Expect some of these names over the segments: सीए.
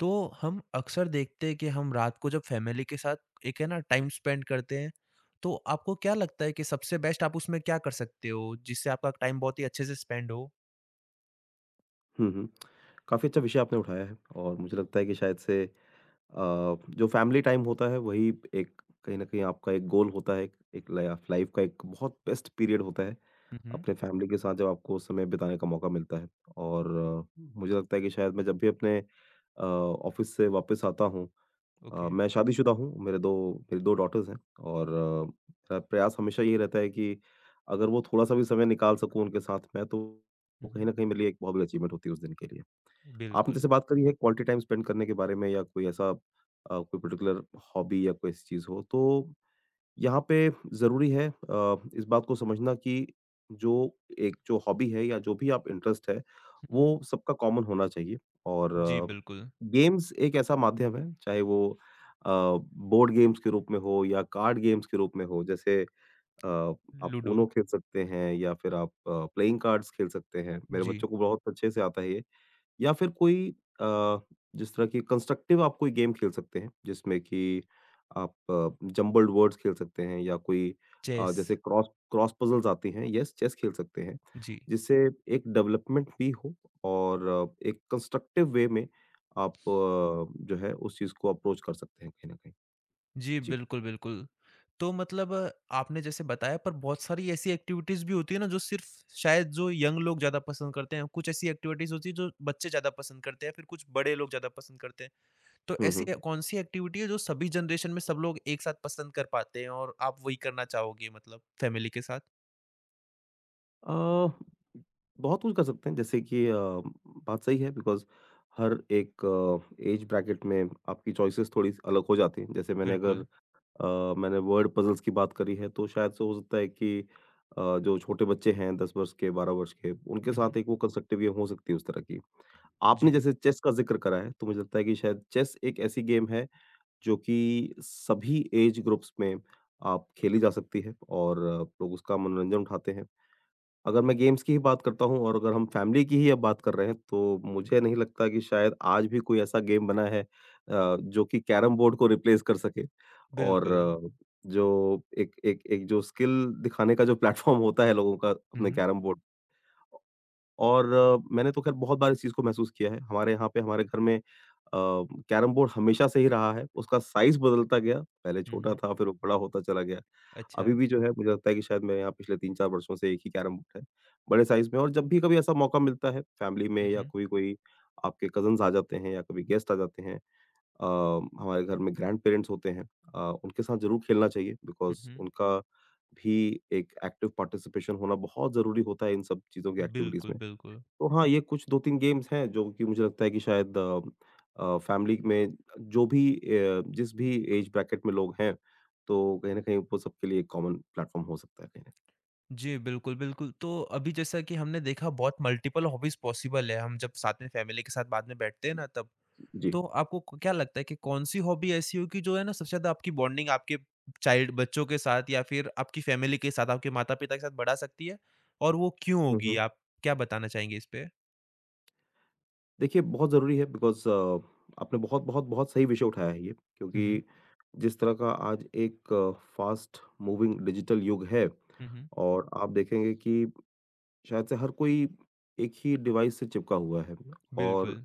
तो हम अक्सर देखते हैं कि हम रात को जब फैमिली के साथ एक है ना टाइम स्पेंड करते हैं तो आपको क्या लगता है कि सबसे बेस्ट आप उसमें क्या कर सकते हो जिससे आपका टाइम बहुत ही अच्छे से स्पेंड हो। हुँ, हुँ। काफ़ी अच्छा विषय आपने उठाया है और मुझे लगता है कि शायद से जो फैमिली टाइम होता है वही एक कहीं न कहीं आपका एक गोल होता है, एक लाइफ लाइफ का एक बहुत बेस्ट पीरियड होता है, हम्म। अपने फैमिली के साथ जब आपको समय बिताने का मौका मिलता है। और मुझे लगता है कि शायद मैं जब भी अपने ऑफ़िस से वापस आता हूँ ओके। मैं शादीशुदा हूँ, मेरे 2 मेरी 2 डॉटर्स हैं और मेरा प्रयास हमेशा ये रहता है कि अगर वो थोड़ा-सा भी समय निकाल सकूँ उनके साथ मैं तो, वो कहीं हम्म। न कहीं मेरे लिए एक बहुत बड़ी अचीवमेंट होती है उस दिन के लिए। आपने बिल्कुल। जैसे बात करी है क्वालिटी टाइम स्पेंड करने के बारे में या कोई ऐसा कोई पर्टिकुलर हॉबी या कोई ऐसी चीज़ हो, तो यहाँ पे ज़रूरी है इस बात को समझना कि जो एक जो हॉबी है या जो भी आप इंटरेस्ट है, हम्म। वो सबका कॉमन होना चाहिए। और जी बिल्कुल। गेम्स एक ऐसा माध्यम है, चाहे वो बोर्ड गेम्स के रूप में हो या कार्ड गेम्स के रूप में हो, जैसे अ, आप लूडो। ऊनो खेल सकते हैं या फिर आप प्लेइंग कार्ड्स खेल सकते हैं। मेरे जी। बच्चों को बहुत अच्छे से आता है ये। या फिर कोई अ, जिस तरह की कंस्ट्रक्टिव आप कोई गेम खेल सकते हैं, जिसमें कि आप जम्बल्ड वर्ड्स खेल सकते हैं या कोई चेस। जैसे क्रॉस क्रॉस पज़ल्स आती हैं, येस चेस खेल सकते हैं, जी। जिससे एक डेवलपमेंट भी हो और एक कंस्ट्रक्टिव वे में आप जो है उस चीज़ को अप्रोच कर सकते हैं कहीं न कहीं। जी जी। बिल्कुल बिल्कुल। तो मतलब आपने जैसे बताया पर बहुत सारी ऐसी एक्टिविटीज भी होती है ना जो सिर्फ शायद जो यंग लोग ज्यादा पसंद करते हैं, कुछ ऐसी एक्टिविटीज होती है जो बच्चे ज्यादा पसंद करते हैं, फिर कुछ बड़े लोग ज्यादा पसंद करते हैं। तो हुँ, ऐसी हुँ। ए कौन सी एक्टिविटी है जो सभी जनरेशन में सब लोग एक साथ पसंद कर पाते हैं और आप वही करना चाहोगे मतलब फैमिली के साथ? अ, बहुत कुछ कर सकते हैं जैसे कि बात सही है बिकॉज़ हर एक एज ब्रैकेट में आपकी चॉइसेस थोड़ी-सी अलग हो जाती हैं। जैसे मैंने अगर बिल्कुल। मैंने वर्ड पज़ल्स की बात करी है तो शायद से हो सकता है कि जो छोटे बच्चे हैं 10 वर्ष के, 12 वर्ष के, उनके हुँ, हुँ। साथ एक वो कंस्ट्रक्टिव गेम हो सकती है उस तरह की। आपने जी। जैसे चेस का ज़िक्र करा है तो मुझे लगता है कि शायद चेस एक ऐसी गेम है जो कि सभी एज ग्रुप्स में आप खेली जा सकती है और लोग उसका मनोरंजन उठाते हैं। अगर हुँ, मैं गेम्स की ही बात करता हूँ और अगर हम फैमिली की ही अब बात कर रहे हैं, तो मुझे नहीं लगता कि शायद आज भी कोई ऐसा गेम बना है जो कि कैरम बोर्ड को रिप्लेस कर सके। और बिल्कुल। जो एक एक एक जो स्किल दिखाने का जो प्लेटफ़ॉर्म होता है लोगों का हुँ, अपने हुँ। Carrom board. और मैंने तो ख़ैर बहुत बार इस चीज़ को महसूस किया है। हमारे यहाँ पे हमारे घर में कैरम बोर्ड हमेशा से ही रहा है, उसका साइज़ बदलता गया, पहले हुँ, छोटा हुँ। था फिर वो बड़ा होता चला गया। अच्छा। अभी भी जो है मुझे लगता है कि शायद मेरे यहाँ पिछले 3-4 वर्षों से एक ही कैरम बोर्ड है, बड़े साइज़ में। और जब भी कभी ऐसा मौका मिलता है फैमिली में हुँ, या हुँ। कोई-कोई आपके कज़िन्स आ जाते हैं या कभी गेस्ट आ जाते हैं, अ, हमारे घर में ग्रैंड-पेरेंट्स होते हैं, उनके साथ ज़रूर खेलना चाहिए हुँ, बिकॉज़ हुँ। उनका भी एक एक्टिव पार्टिसिपेशन होना बहुत ज़रूरी होता है इन सब चीज़ों की एक्टिविटीज़ बिल्कुल, में। बिल्कुल। तो हाँ, ये कुछ 2-3 गेम्स हैं जो कि मुझे लगता है कि शायद फैमिली में जो भी जिस भी एज ब्रैकेट में लोग हैं, तो कहीं न कहीं वो सबके लिए एक कॉमन प्लेटफ़ॉर्म हो सकता है कहीं न जी, बिल्कुल, बिल्कुल। तो अभी जैसा कि हमने देखा बहुत मल्टीपल हॉबीज़ पॉसिबल है, हम जब साथ में फैमिली के साथ बाद में बैठते हैं ना तब कहीं। जी। तो आपको क क्या लगता है कि कौन-सी हॉबी ऐसी होगी जो है ना सबसे ज़्यादा आपकी बॉन्डिंग आपके चाइल्ड बच्चों के साथ या फिर आपकी फैमिली के साथ, आपके माता-पिता के साथ बढ़ा सकती है? और वो क्यों हुँ, होगी? हुँ। आप क्या बताना चाहेंगे इस पे? देखिए बहुत ज़रूरी है बिकॉज़ आपने बहुत, बहुत, बहुत सही विषय उठाया है ये हुँ, हुँ। क्योंकि जिस तरह का आज एक फ़ास्ट मूविंग डिजिटल युग है हुँ, हुँ। और आप देखेंगे कि शायद से हर कोई एक ही डिवाइस से चिपका हुआ है। और बिल्कुल।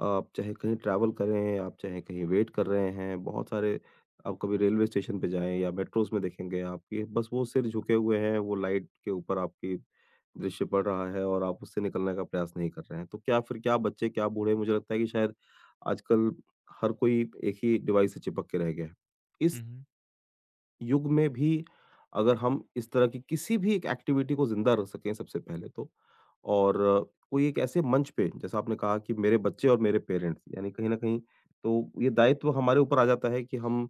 आप चाहे कहीं ट्रैवल कर रहे हैं, आप चाहे कहीं वेट कर रहे हैं, बहुत सारे आप कभी रेलवे स्टेशन पे जाएँ या मेट्रोज़ में देखेंगे आप कि बस वो सिर झुके हुए हैं, वो लाइट के ऊपर आपकी दृश्य पड़ रहा है और आप उससे निकलने का प्रयास नहीं कर रहे हैं। तो क्या फिर क्या बच्चे, क्या बूढ़े, मुझे लगता है कि शायद आजकल हर कोई एक ही डिवाइस से चिपक के रह गया है। हुँ, इस हुँ। युग में भी अगर हम इस तरह की किसी भी एक एक्टिविटी को जिंदा रख सकें सबसे पहले तो, और कोई एक ऐसे मंच पे जैसा आपने कहा कि मेरे बच्चे और मेरे पेरेंट्स यानी कहीं ना कहीं, तो ये दायित्व हमारे ऊपर आ जाता है कि हम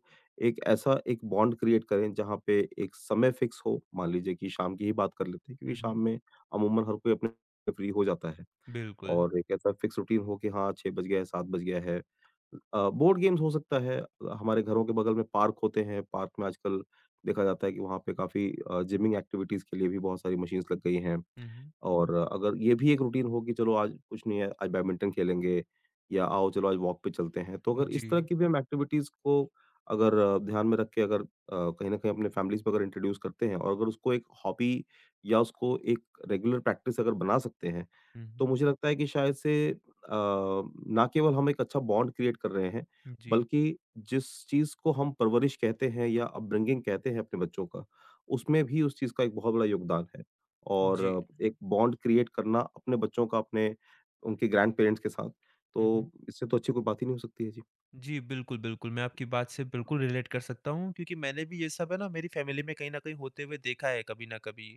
एक ऐसा एक बॉन्ड क्रिएट करें जहाँ पे एक समय फिक्स हो। मान लीजिए कि शाम की ही बात कर लेते हैं हुँ, क्योंकि हुँ। शाम में अमूमन हर कोई अपने फ्री हो जाता है बिल्कुल। और एक ऐसा फिक्स रूटीन हो कि हाँ 6 बज गया है, 7 बज गया है। बोर्ड गेम्स हो सकता है, हमारे घरों के बगल में पार्क होते हैं, पार्क में आजकल देखा जाता है कि वहाँ पे काफ़ी जिमिंग एक्टिविटीज़ के लिए भी बहुत सारी मशीन्स लग गई हैं। हुँ, हुँ। और अगर ये भी एक रूटीन हो कि चलो आज कुछ नहीं है, आज बैडमिंटन खेलेंगे या आओ चलो आज वॉक पे चलते हैं। तो अगर इस जी। तरह की भी हम एक्टिविटीज़ को अगर ध्यान में रख के अगर कहीं न कहीं अपने फैमिलीज़ में अगर इंट्रोड्यूस करते हैं और अगर उसको एक हॉबी या उसको एक रेगुलर प्रैक्टिस अगर बना सकते हैं, हुँ, तो हुँ। मुझे लगता है कि शायद से ना केवल हम एक अच्छा बॉन्ड क्रिएट कर रहे हैं, जी। बल्कि जिस चीज़ को हम परवरिश कहते हैं या अपब्रिंगिंग कहते हैं अपने बच्चों का, उसमें भी उस चीज़ का एक बहुत बड़ा योगदान है। और जी। एक बॉन्ड क्रिएट करना अपने बच्चों का अपने उनके ग्रैंडपेरेंट्स के साथ, हुँ, हुँ। तो इससे तो अच्छी कोई बात ही नहीं हो सकती है। जी। जी, बिल्कुल, बिल्कुल। मैं आपकी बात से बिल्कुल रिलेट कर सकता हूँ क्योंकि मैंने भी ये सब है ना मेरी फैमिली में कहीं न कहीं होते हुए देखा है कभी न कभी।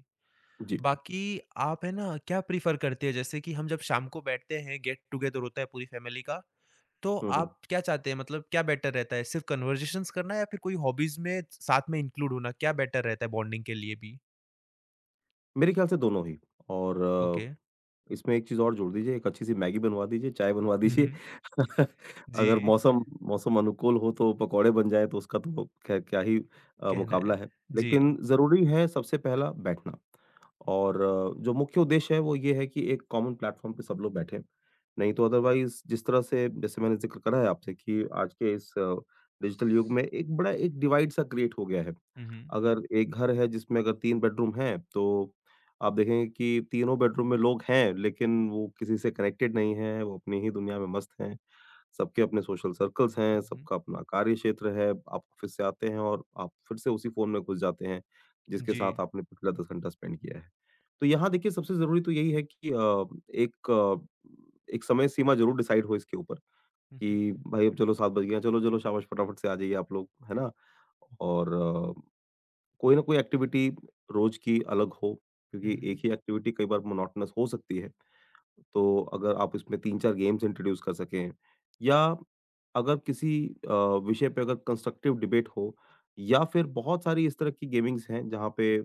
जी। बाकी आप है ना क्या प्रेफ़र करते हैं? जैसे कि हम जब शाम को बैठते हैं, गेट टुगेदर होता है पूरी फैमिली का, तो हुँ, हुँ। आप क्या चाहते हैं? मतलब क्या बेटर रहता है, सिर्फ़ कन्वर्सेशंस करना या फिर कोई हॉबीज़ में साथ में इंक्लूड होना, क्या बेटर रहता है बॉन्डिंग के लिए भी? मेरे ख्याल से दोनों ही। और ओके। इसमें एक चीज़ और जोड़ दीजिए, एक अच्छी-सी मैगी बनवा दीजिए, चाय बनवा हुँ, दीजिए। हुँ। अगर जी, मौसम मौसम अनुकूल हो तो पकौड़े बन जाएँ तो उसका तो ख़ैर क्या ही कहना मुकाबला है। है। जी। लेकिन ज़रूरी है सबसे पहला बैठना और जो मुख्य उद्देश्य है वो ये है कि एक कॉमन प्लेटफ़ॉर्म पे सब लोग बैठें। नहीं तो अदरवाइज़ जिस तरह से जैसे मैंने ज़िक्र करा है आपसे कि आज के इस डिजिटल युग में एक बड़ा एक डिवाइड सा क्रिएट हो गया है। हुँ, हुँ। अगर एक घर है जिसमें अगर 3 बेडरूम हैं तो आप देखेंगे कि तीनों बेडरूम में लोग हैं, लेकिन वो किसी से कनेक्टेड नहीं हैं, वो अपनी ही दुनिया में मस्त हैं। सबके अपने सोशल सर्कल्स हैं, हुँ, हुँ। सबका अपना कार्य क्षेत्र है। आप ऑफ़िस से आते हैं और आप फिर से उसी फ़ोन में घुस जाते हैं, जिसके जी। साथ आपने पिछला 10 घंटा स्पेंड किया है। तो यहाँ देखिए सबसे ज़रूरी तो यही है कि एक समय सीमा ज़रूर डिसाइड हो इसके ऊपर हुँ, हुँ। कि भाई अब चलो 7 बज गए हैं, चलो-चलो शाबाश फटाफट से आ जाइए आप लोग, है ना? और कोई ना कोई एक्टिविटी रोज की अलग हो हुँ, क्योंकि एक हुँ। ही एक्टिविटी कई बार मोनोटोनस हो सकती है। तो अगर आप इसमें 3-4 गेम्स इंट्रोड्यूस कर सकें या अगर किसी अ, विषय पे अगर कंस्ट्रक्टिव डिबेट हो या फिर बहुत सारी इस तरह की गेमिंग्स हैं जहाँ पे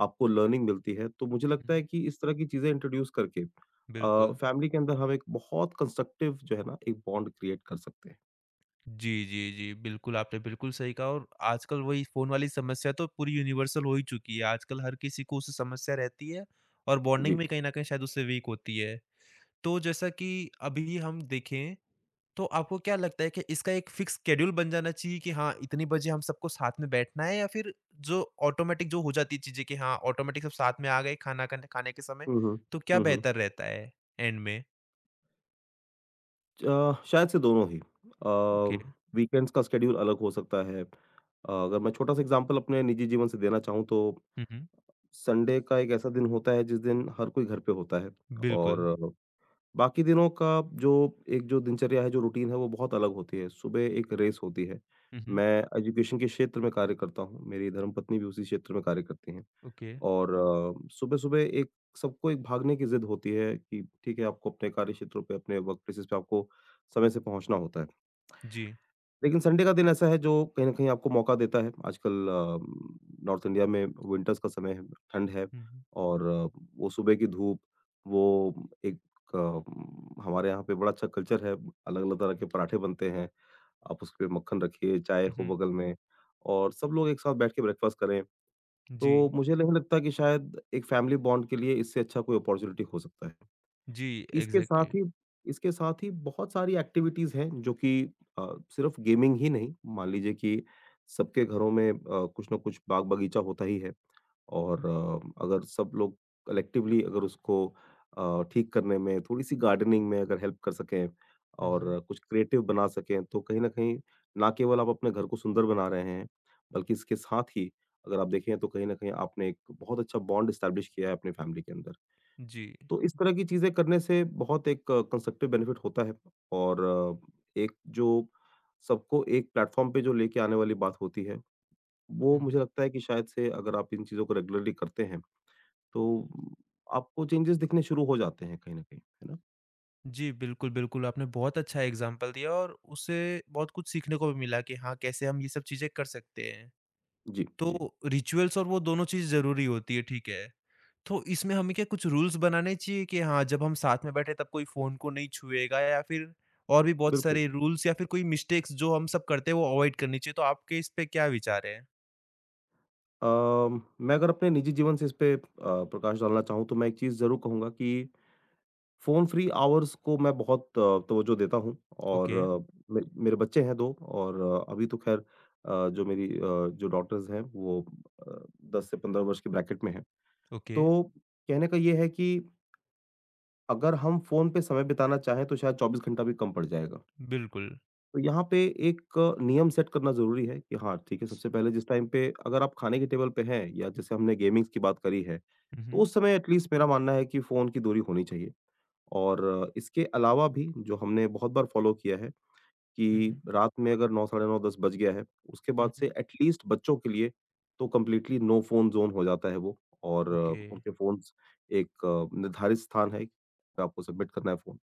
आपको लर्निंग मिलती है। तो मुझे हुँ, लगता है हुँ। कि इस तरह की चीज़ें इंट्रोड्यूस करके बिल्कुल। फैमिली के अंदर हम एक बहुत कंस्ट्रक्टिव जो है ना एक बॉन्ड क्रिएट कर सकते हैं। जी, जी, जी। बिल्कुल, आपने बिल्कुल सही कहा और आजकल वही फ़ोन वाली समस्या तो पूरी यूनिवर्सल हो ही चुकी है। आजकल हर किसी को उससे समस्या रहती है और जी। बॉन्डिंग भी कहीं न कहीं शायद उससे वीक होती है। तो जैसा कि अभी हम देखें, तो आपको क्या लगता है कि इसका एक फ़िक्स शेड्यूल बन जाना चाहिए कि हाँ, इतनी बजे हम सबको साथ में बैठना है, या फिर जो ऑटोमैटिक जो हो जाती है चीज़ें कि हाँ, ऑटोमैटिक सब साथ में आ गए खाना कन खाने के समय, हुँ, हुँ। तो क्या हुँ, हुँ। बेहतर रहता है एंड में? अ, शायद से दोनों ही। ओके। वीकेंड्स का स्केड्यूल अलग हो सकता है। अगर मैं छोटा-सा एग्ज़ाम्पल अपने निजी जीवन से देना चाहूँ तो हुँ, हुँ। संडे का एक ऐसा दिन होता है जिस दिन हर कोई घर पे होता है बिल्कुल। और बाकी दिनों का जो एक जो दिनचर्या है, जो रूटीन है वो बहुत अलग होती है। सुबह एक रेस होती है। हुँ, हुँ। मैं एजुकेशन के क्षेत्र में कार्य करता हूँ। मेरी धर्मपत्नी भी उसी क्षेत्र में कार्य करती हैं। ओके। और सुबह-सुबह एक सबको एक भागने की ज़िद होती है कि ठीक है, आपको अपने कार्य क्षेत्रों पे, अपने वर्क प्लेसेस पे आपको समय से पहुँचना होता है। जी। लेकिन संडे का दिन ऐसा है जो कहीं न कहीं आपको मौका देता है। आजकल नॉर्थ इंडिया में विंटर्स का समय है, ठंड है हुँ, हुँ। और वो सुबह की धूप, वो एक हमारे यहाँ पे बड़ा अच्छा कल्चर है, अलग-अलग तरह के पराठे बनते हैं, आप उसपे मक्खन रखिए, चाय हुँ, हो हुँ। बगल में और सब लोग एक साथ बैठ के ब्रेकफास्ट करें। तो जी, मुझे नहीं लगता कि शायद एक फैमिली बॉन्ड के लिए इससे अच्छा कोई अपॉर्च्युनिटी हो सकता है। जी, इसके एग्ज़ैक्टली। साथ ही इसके साथ ही बहुत सारी एक्टिविटीज़ हैं जो कि अ, सिर्फ़ गेमिंग ही नहीं, मान लीजिए कि सबके घरों में कुछ ना कुछ बाग-बगीचा होता ही है। और अगर सब लोग कलेक्टिवली अगर उसको ठीक करने में थोड़ी-सी गार्डनिंग में अगर हेल्प कर सकें हुँ, हुँ। और कुछ क्रिएटिव बना सकें, तो कहीं न कहीं ना केवल आप अपने घर को सुंदर बना रहे हैं, बल्कि इसके साथ ही अगर आप देखें तो कहीं न कहीं आपने एक बहुत अच्छा बॉन्ड एस्टेब्लिश किया है अपनी फैमिली के अंदर। जी। तो इस तरह की चीज़ें करने से बहुत एक कंस्ट्रक्टिव बेनिफिट होता है और एक जो सबको एक प्लेटफ़ॉर्म पे जो लेके आने वाली बात होती है, वो हुँ, मुझे हुँ। लगता है कि शायद से अगर आप इन चीज़ों को रेगुलरली करते हैं तो आपको चेंजेस दिखने शुरू हो जाते हैं कहीं न कहीं, है ना? जी, बिल्कुल, बिल्कुल, आपने बहुत अच्छा एग्ज़ाम्पल दिया और उससे बहुत कुछ सीखने को भी मिला कि हाँ, कैसे हम ये सब चीज़ें कर सकते हैं। जी, जी, तो रिचुअल्स और वो दोनों चीज़ ज़रूरी होती है, ठीक है। तो इसमें हमें क्या कुछ रूल्स बनाने चाहिए कि हाँ, जब हम साथ में बैठे तब कोई फ़ोन को नहीं छुएगा या फिर और भी बहुत बिल्कुल। सारे रूल्स, या फिर कोई मिस्टेक्स जो हम सब करते हैं वो अवॉइड करनी चाहिए, तो आपके इस पे क्या विचार हैं? अ, मैं अगर अपने निजी जीवन से इस पे प्रकाश डालना चाहूँ तो मैं एक चीज़ ज़रूर कहूँगा कि फ़ोन फ्री आवर्स को मैं बहुत तवज्जो देता हूँ और ओके, मे मेरे बच्चे हैं 2 और अभी तो ख़ैर जो मेरी जो डॉटर्स हैं वो अ, 10 से 15 वर्ष के ब्रैकेट में हैं। ओके, तो कहने का ये है कि अगर हम फ़ोन पे समय बिताना चाहें तो शायद 24 घंटा भी कम पड़ जाएगा। बिल्कुल। तो यहाँ पे एक नियम सेट करना ज़रूरी है कि हाँ, ठीक है, सबसे पहले जिस टाइम पे अगर आप खाने के टेबल पे हैं या जैसे हमने गेमिंग्स की बात करी है, हुँ, तो हुँ। उस समय एट लीस्ट मेरा मानना है कि फ़ोन की दूरी होनी चाहिए। और इसके अलावा भी जो हमने बहुत बार फ़ॉलो किया है हुँ, कि हुँ। रात में अगर 9 साढ़े 9, 10 बज गया है, उसके हुँ, बाद से हुँ। एट लीस्ट बच्चों के लिए तो कंप्लीटली नो फ़ोन ज़ोन हो जाता है वो और ओके। उनके फ़ोन्स एक निर्धारित स्थान है, आपको सबमिट करना है फ़ोन।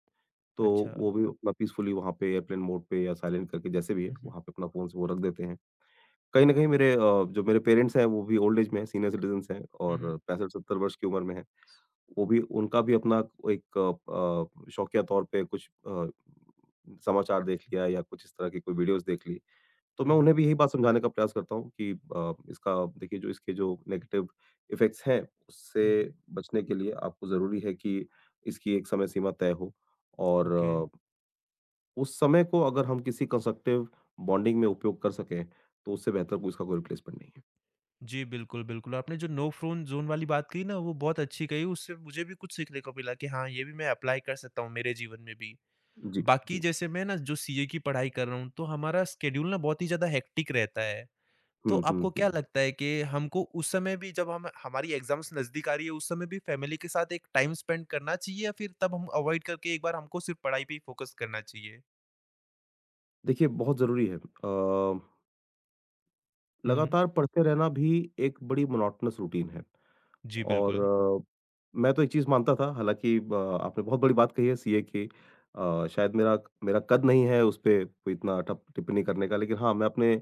तो अच्छा। वो भी अपना पीसफुली वहाँ पे एयरप्लेन मोड पे या साइलेंट करके जैसे भी है, हुँ, हुँ। वहाँ पे अपना फ़ोन्स वो रख देते हैं। कहीं न कहीं मेरे जो मेरे पेरेंट्स हैं वो भी ओल्ड एज में हैं, सीनियर सिटीज़न्स हैं हुँ, और हुँ। 65-70 वर्ष की उम्र में हैं। वो भी उनका भी अपना एक शौकिया तौर पे कुछ समाचार देख लिया या कुछ इस तरह की कोई वीडियोज़ देख ली। तो हुँ, मैं हुँ। उन्हें भी यही बात समझाने का प्रयास करता हूँ कि इसका देखिए जो इसके जो नेगेटिव इफ़ेक्ट्स हैं, हुँ, हुँ। उससे बचने के लिए आपको ज़रूरी है कि इसकी एक समय सीमा तय हो और ओके। उस समय को अगर हम किसी कंस्ट्रक्टिव बॉन्डिंग में उपयोग कर सकें, तो उससे बेहतर कोई इसका कोई रिप्लेसमेंट नहीं है। जी, बिल्कुल, बिल्कुल। आपने जो नो फ्रोन ज़ोन वाली बात कही ना, वो बहुत अच्छी कही, उससे मुझे भी कुछ सीखने को मिला कि हाँ, ये भी मैं अप्लाई कर सकता हूँ मेरे जीवन में भी। जी, बाकी जी। जैसे मैं ना जो सीए की पढ़ाई कर रहा हूँ, तो हमारा स्केड्यूल ना बहुत ही ज़्यादा हेक्टिक रहता है। तो हुँ, हुँ, आपको क्या हुँ। लगता है कि हमको उस समय भी जब हम हमारी एग्ज़ाम्स नज़दीक आ रही है, उस समय भी फैमिली के साथ एक टाइम स्पेंड करना चाहिए या फिर तब हम अवॉइड करके एक बार हमको सिर्फ़ पढ़ाई पे ही फ़ोकस करना चाहिए? देखिए बहुत ज़रूरी है। हुँ, हुँ। लगातार पढ़ते रहना भी एक बड़ी मोनोटोनस रूटीन है जी, और बिल्कुल। अ, मैं तो एक चीज़ मानता था हालाँकि ब आपने बहुत बड़ी बात कही है सीए की। शायद मेरा मेरा कद नहीं है उस पे कोई इतना टप टिप्पणी करने का, लेकिन हाँ, मैं अपने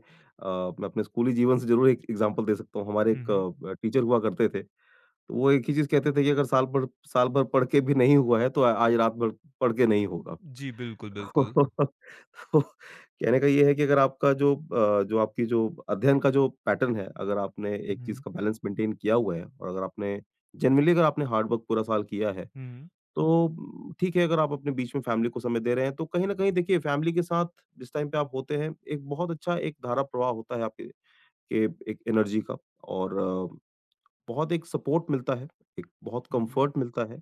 मैं अपने स्कूली जीवन से ज़रूर एक एग्ज़ाम्पल दे सकता हूँ। हमारे हुँ, एक हुँ। टीचर हुआ करते थे। तो वो एक ही चीज़ कहते थे कि अगर साल भर साल भर पढ़ के भी नहीं हुआ है, तो आ आज रात भर पढ़ के नहीं होगा। जी, बिल्कुल, बिल्कुल। तो कहने का ये है कि अगर आपका जो जो आपकी जो अध्ययन का जो पैटर्न है, अगर आपने एक चीज़ हुँ, का बैलेंस मेंटेन किया हुआ है और अगर आपने जनरली अगर आपने हार्ड वर्क पूरा साल किया है, हुँ, तो ठीक है अगर आप अपने बीच में फैमिली को समय दे रहे हैं, तो कहीं न कहीं देखिए फैमिली के साथ जिस टाइम पे आप होते हैं, एक बहुत अच्छा एक धारा प्रवाह होता है आपके के एक एनर्जी का और बहुत एक सपोर्ट मिलता है, एक बहुत हुँ, हुँ, कम्फर्ट मिलता है।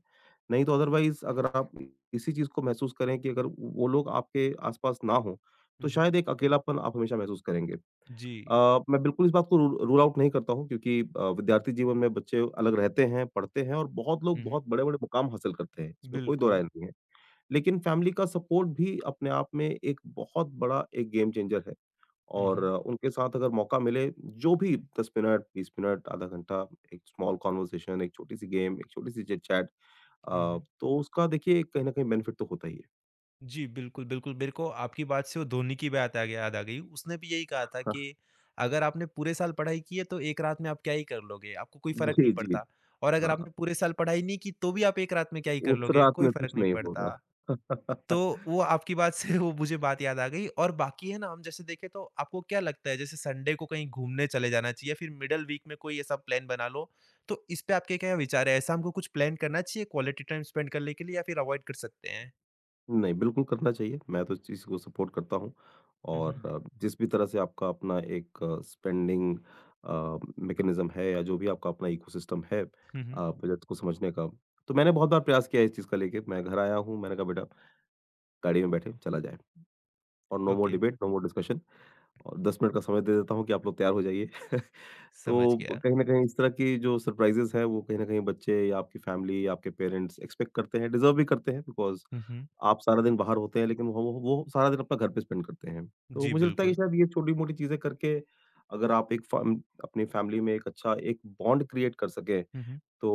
नहीं तो अदरवाइज़ अगर आप इसी चीज़ को महसूस करें कि अगर वो लोग आपके आस-पास ना हों, तो हुँ, हुँ। शायद एक अकेलापन आप हमेशा महसूस करेंगे। जी। मैं बिल्कुल इस बात को रू रूल आउट नहीं करता हूँ क्योंकि विद्यार्थी जीवन में बच्चे अलग रहते हैं, पढ़ते हैं और बहुत लोग हुँ, हुँ। बहुत बड़े-बड़े मुकाम हासिल करते हैं, इसमें कोई दो बिल्कुल। राय नहीं है। लेकिन फैमिली का सपोर्ट भी अपने आप में एक बहुत बड़ा एक गेम चेंजर है। हुँ, और हुँ, उनके साथ अगर मौका मिले, जो भी 10 मिनट, 20 मिनट, आधा घंटा, एक स्मॉल कन्वर्सेशन, एक छोटी-सी गेम, एक छोटी-सी चिट-चैट हुँ, हुँ। तो उसका देखिए कहीं न कहीं बेनिफिट तो होता ही है। जी, बिल्कुल, बिल्कुल। मेरे को आपकी बात से वो धोनी की बात आ गया याद आ गई। उसने भी यही कहा था हाँ, कि अगर आपने पूरे साल पढ़ाई की है तो 1 रात में आप क्या ही कर लोगे? आपको कोई फ़र्क नहीं जी, जी। पड़ता, और अगर हाँ, आपने पूरे साल पढ़ाई नहीं की तो भी आप 1 रात में क्या ही कर उस लोगे? रात कोई में फ़र्क कुछ नहीं नहीं पड़ता। होगा। तो वो आपकी बात से वो मुझे बात याद आ गई, और बाकी है ना हम जैसे देखें तो आपको क्या लगता है जैसे संडे को कहीं घूमने चले जाना चाहिए या फिर मिडल वीक में कोई ऐसा प्लान बना लो, तो इस पे आपके क्या विचार है? ऐसा हमको कुछ प्लान करना चाहिए क्वालिटी टाइम स्पेंड करने के लिए या फिर अवॉइड कर सकते हैं? नहीं, बिल्कुल करना चाहिए। मैं तो इस चीज़ को सपोर्ट करता हूँ हुँ, हुँ। और जिस भी तरह से आपका अपना एक स्पेंडिंग मैकेनिज़्म है या जो भी आपका अपना इकोसिस्टम है हुँ, हुँ। बजट को समझने का, तो मैंने बहुत बार प्रयास किया है इस चीज़ का लेके। मैं घर आया हूँ, मैंने कहा बेटा गाड़ी में बैठे चला जाए और no more okay, debate, no more discussion और 10 मिनट का समय दे देता हूँ कि आप लोग तैयार हो जाइए। समझ तो गया। कहीं न कहीं इस तरह की जो सरप्राइज़ेज़ हैं वो कहीं न कहीं बच्चे या आपकी फ़ैमिली या आपके पेरेंट्स एक्सपेक्ट करते हैं, डिज़र्व भी करते हैं बिकॉज़ हुँ, हुँ। आप सारा दिन बाहर होते हैं लेकिन वो सारा दिन अपना घर पे स्पेंड करते हैं। तो जी, मुझे लगता है बिल्कुल। कि शायद ये छोटी-मोटी चीज़ें करके अगर आप एक फ़म अपनी फ़ैमिली में एक अच्छा एक बॉन्ड क्रिएट कर सकें हुँ, हुँ। तो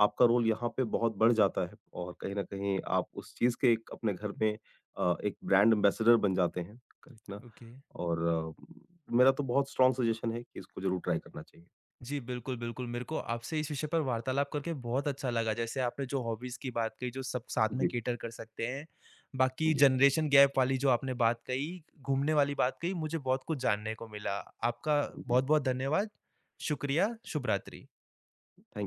आपका रोल यहाँ पे बहुत बढ़ जाता है और कहीं न कहीं आप उस चीज़ के एक अपने घर में एक ब्रांड एम्बेसडर बन जाते हैं, करेक्ट ना? ओके। और मेरा तो बहुत स्ट्रॉन्ग सजेशन है कि इसको ज़रूर ट्राई करना चाहिए। जी, बिल्कुल, बिल्कुल। मेरे को आपसे इस विषय पर वार्तालाप करके बहुत अच्छा लगा। जैसे आपने जो हॉबीज़ की बात कही, जो सब साथ में जी, कैटर कर सकते हैं। बाकी जी, जनरेशन गैप वाली जो आपने बात कही, घूमने वाली बात कही, मुझे बहुत कुछ जानने को मिला। आपका जी। बहुत-बहुत धन्यवाद। शुक्रिया, शुभ रात्रि। थैंक